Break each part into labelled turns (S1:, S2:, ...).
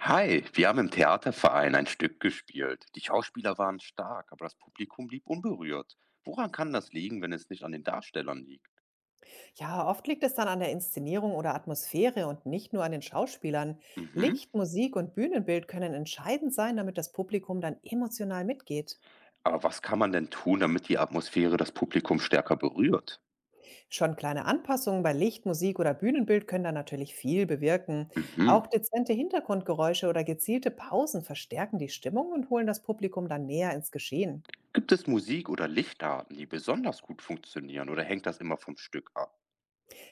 S1: Hi, wir haben im Theaterverein ein Stück gespielt. Die Schauspieler waren stark, aber das Publikum blieb unberührt. Woran kann das liegen, wenn es nicht an den Darstellern liegt?
S2: Ja, oft liegt es dann an der Inszenierung oder Atmosphäre und nicht nur an den Schauspielern.
S1: Mhm.
S2: Licht, Musik und Bühnenbild können entscheidend sein, damit das Publikum dann emotional mitgeht.
S1: Aber was kann man denn tun, damit die Atmosphäre das Publikum stärker berührt?
S2: Schon kleine Anpassungen bei Licht, Musik oder Bühnenbild können dann natürlich viel bewirken.
S1: Mhm.
S2: Auch dezente Hintergrundgeräusche oder gezielte Pausen verstärken die Stimmung und holen das Publikum dann näher ins Geschehen.
S1: Gibt es Musik oder Lichtarten, die besonders gut funktionieren, oder hängt das immer vom Stück ab?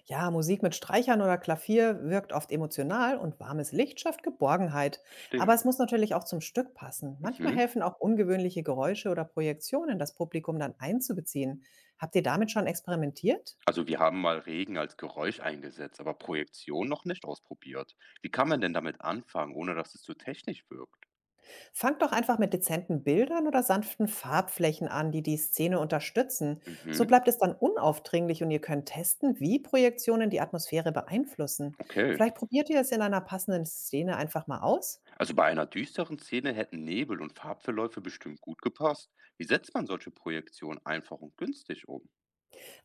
S2: Ja, Musik mit Streichern oder Klavier wirkt oft emotional und warmes Licht schafft Geborgenheit. Aber
S1: Verstehe.
S2: es muss natürlich auch zum Stück passen. Manchmal
S1: Mhm.
S2: helfen auch ungewöhnliche Geräusche oder Projektionen, das Publikum dann einzubeziehen. Habt ihr damit schon experimentiert?
S1: Also wir haben mal Regen als Geräusch eingesetzt, aber Projektion noch nicht ausprobiert. Wie kann man denn damit anfangen, ohne dass es zu technisch wirkt?
S2: Fangt doch einfach mit dezenten Bildern oder sanften Farbflächen an, die die Szene unterstützen. So
S1: Mhm.
S2: bleibt es dann unaufdringlich und ihr könnt testen, wie Projektionen die Atmosphäre beeinflussen.
S1: Okay.
S2: Vielleicht probiert ihr es in einer passenden Szene einfach mal aus.
S1: Also bei einer düsteren Szene hätten Nebel und Farbverläufe bestimmt gut gepasst. Wie setzt man solche Projektionen einfach und günstig um?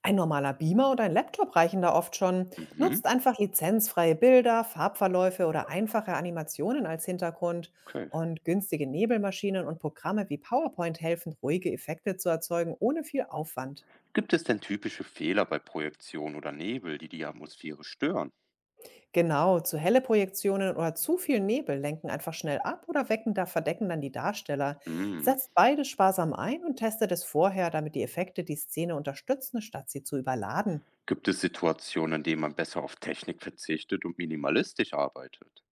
S2: Ein normaler Beamer oder ein Laptop reichen da oft schon.
S1: Mhm,
S2: Nutzt einfach lizenzfreie Bilder, Farbverläufe oder einfache Animationen als Hintergrund.
S1: okay.
S2: Und günstige Nebelmaschinen und Programme wie PowerPoint helfen, ruhige Effekte zu erzeugen, ohne viel Aufwand.
S1: Gibt es denn typische Fehler bei Projektionen oder Nebel, die die Atmosphäre stören?
S2: Genau, zu helle Projektionen oder zu viel Nebel lenken einfach schnell ab oder wecken da verdecken dann die Darsteller.
S1: Hm.
S2: Setzt beides sparsam ein und testet es vorher, damit die Effekte die Szene unterstützen, statt sie zu überladen.
S1: Gibt es Situationen, in denen man besser auf Technik verzichtet und minimalistisch arbeitet?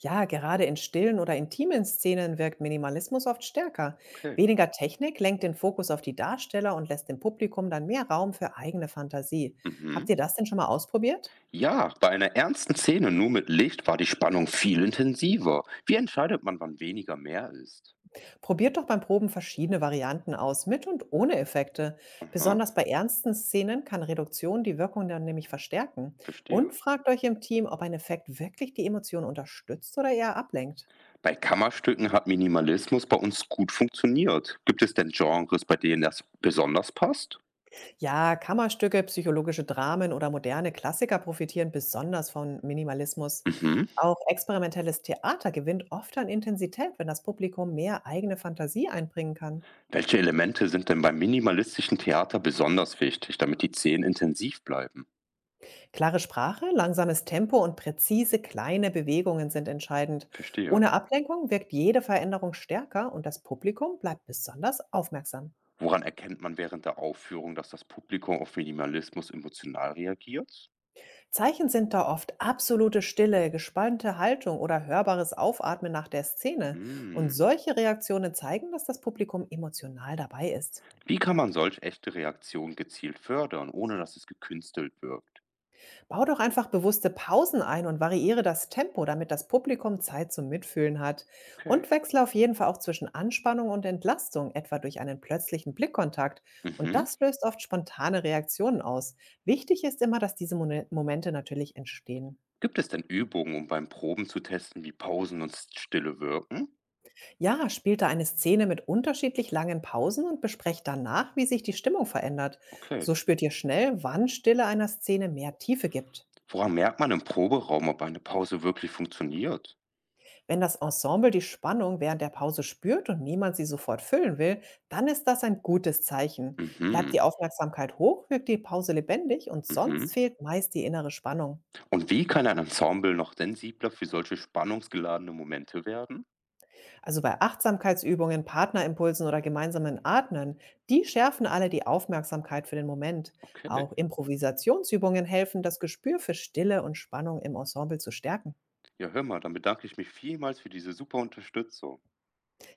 S2: Ja, gerade in stillen oder intimen Szenen wirkt Minimalismus oft stärker.
S1: Okay.
S2: Weniger Technik lenkt den Fokus auf die Darsteller und lässt dem Publikum dann mehr Raum für eigene Fantasie. Habt
S1: Mhm.
S2: ihr das denn schon mal ausprobiert?
S1: Ja, bei einer ernsten Szene nur mit Licht war die Spannung viel intensiver. Wie entscheidet man, wann weniger mehr ist?
S2: Probiert doch beim Proben verschiedene Varianten aus, mit und ohne Effekte.
S1: Aha,
S2: Besonders bei ernsten Szenen kann Reduktion die Wirkung dann nämlich verstärken.
S1: verstehe.
S2: Und fragt euch im Team, ob ein Effekt wirklich die Emotion unterstützt oder eher ablenkt.
S1: Bei Kammerstücken hat Minimalismus bei uns gut funktioniert. Gibt es denn Genres, bei denen das besonders passt?
S2: Ja, Kammerstücke, psychologische Dramen oder moderne Klassiker profitieren besonders von Minimalismus.
S1: Mhm.
S2: Auch experimentelles Theater gewinnt oft an Intensität, wenn das Publikum mehr eigene Fantasie einbringen kann.
S1: Welche Elemente sind denn beim minimalistischen Theater besonders wichtig, damit die Szenen intensiv bleiben?
S2: Klare Sprache, langsames Tempo und präzise kleine Bewegungen sind entscheidend.
S1: Verstehe.
S2: Ohne Ablenkung wirkt jede Veränderung stärker und das Publikum bleibt besonders aufmerksam.
S1: Woran erkennt man während der Aufführung, dass das Publikum auf Minimalismus emotional reagiert?
S2: Zeichen sind da oft absolute Stille, gespannte Haltung oder hörbares Aufatmen nach der Szene. Und
S1: Hm.
S2: solche Reaktionen zeigen, dass das Publikum emotional dabei ist.
S1: Wie kann man solch echte Reaktionen gezielt fördern, ohne dass es gekünstelt wirkt?
S2: Bau doch einfach bewusste Pausen ein und variiere das Tempo, damit das Publikum Zeit zum Mitfühlen hat.
S1: Okay.
S2: Und wechsle auf jeden Fall auch zwischen Anspannung und Entlastung, etwa durch einen plötzlichen Blickkontakt. Und
S1: Mhm.
S2: das löst oft spontane Reaktionen aus. Wichtig ist immer, dass diese Momente natürlich entstehen.
S1: Gibt es denn Übungen, um beim Proben zu testen, wie Pausen und Stille wirken?
S2: Ja, spielt da eine Szene mit unterschiedlich langen Pausen und besprecht danach, wie sich die Stimmung verändert.
S1: Okay.
S2: So spürt ihr schnell, wann Stille einer Szene mehr Tiefe gibt.
S1: Woran merkt man im Proberaum, ob eine Pause wirklich funktioniert?
S2: Wenn das Ensemble die Spannung während der Pause spürt und niemand sie sofort füllen will, dann ist das ein gutes Zeichen. Bleibt
S1: Mhm,
S2: die Aufmerksamkeit hoch, wirkt die Pause lebendig und
S1: mhm.
S2: sonst fehlt meist die innere Spannung.
S1: Und wie kann ein Ensemble noch sensibler für solche spannungsgeladene Momente werden?
S2: Also bei Achtsamkeitsübungen, Partnerimpulsen oder gemeinsamen Atmen, die schärfen alle die Aufmerksamkeit für den Moment.
S1: Okay.
S2: Auch Improvisationsübungen helfen, das Gespür für Stille und Spannung im Ensemble zu stärken.
S1: Ja, hör mal, dann bedanke ich mich vielmals für diese super Unterstützung.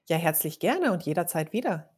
S2: Ja, herzlich gerne und jederzeit wieder.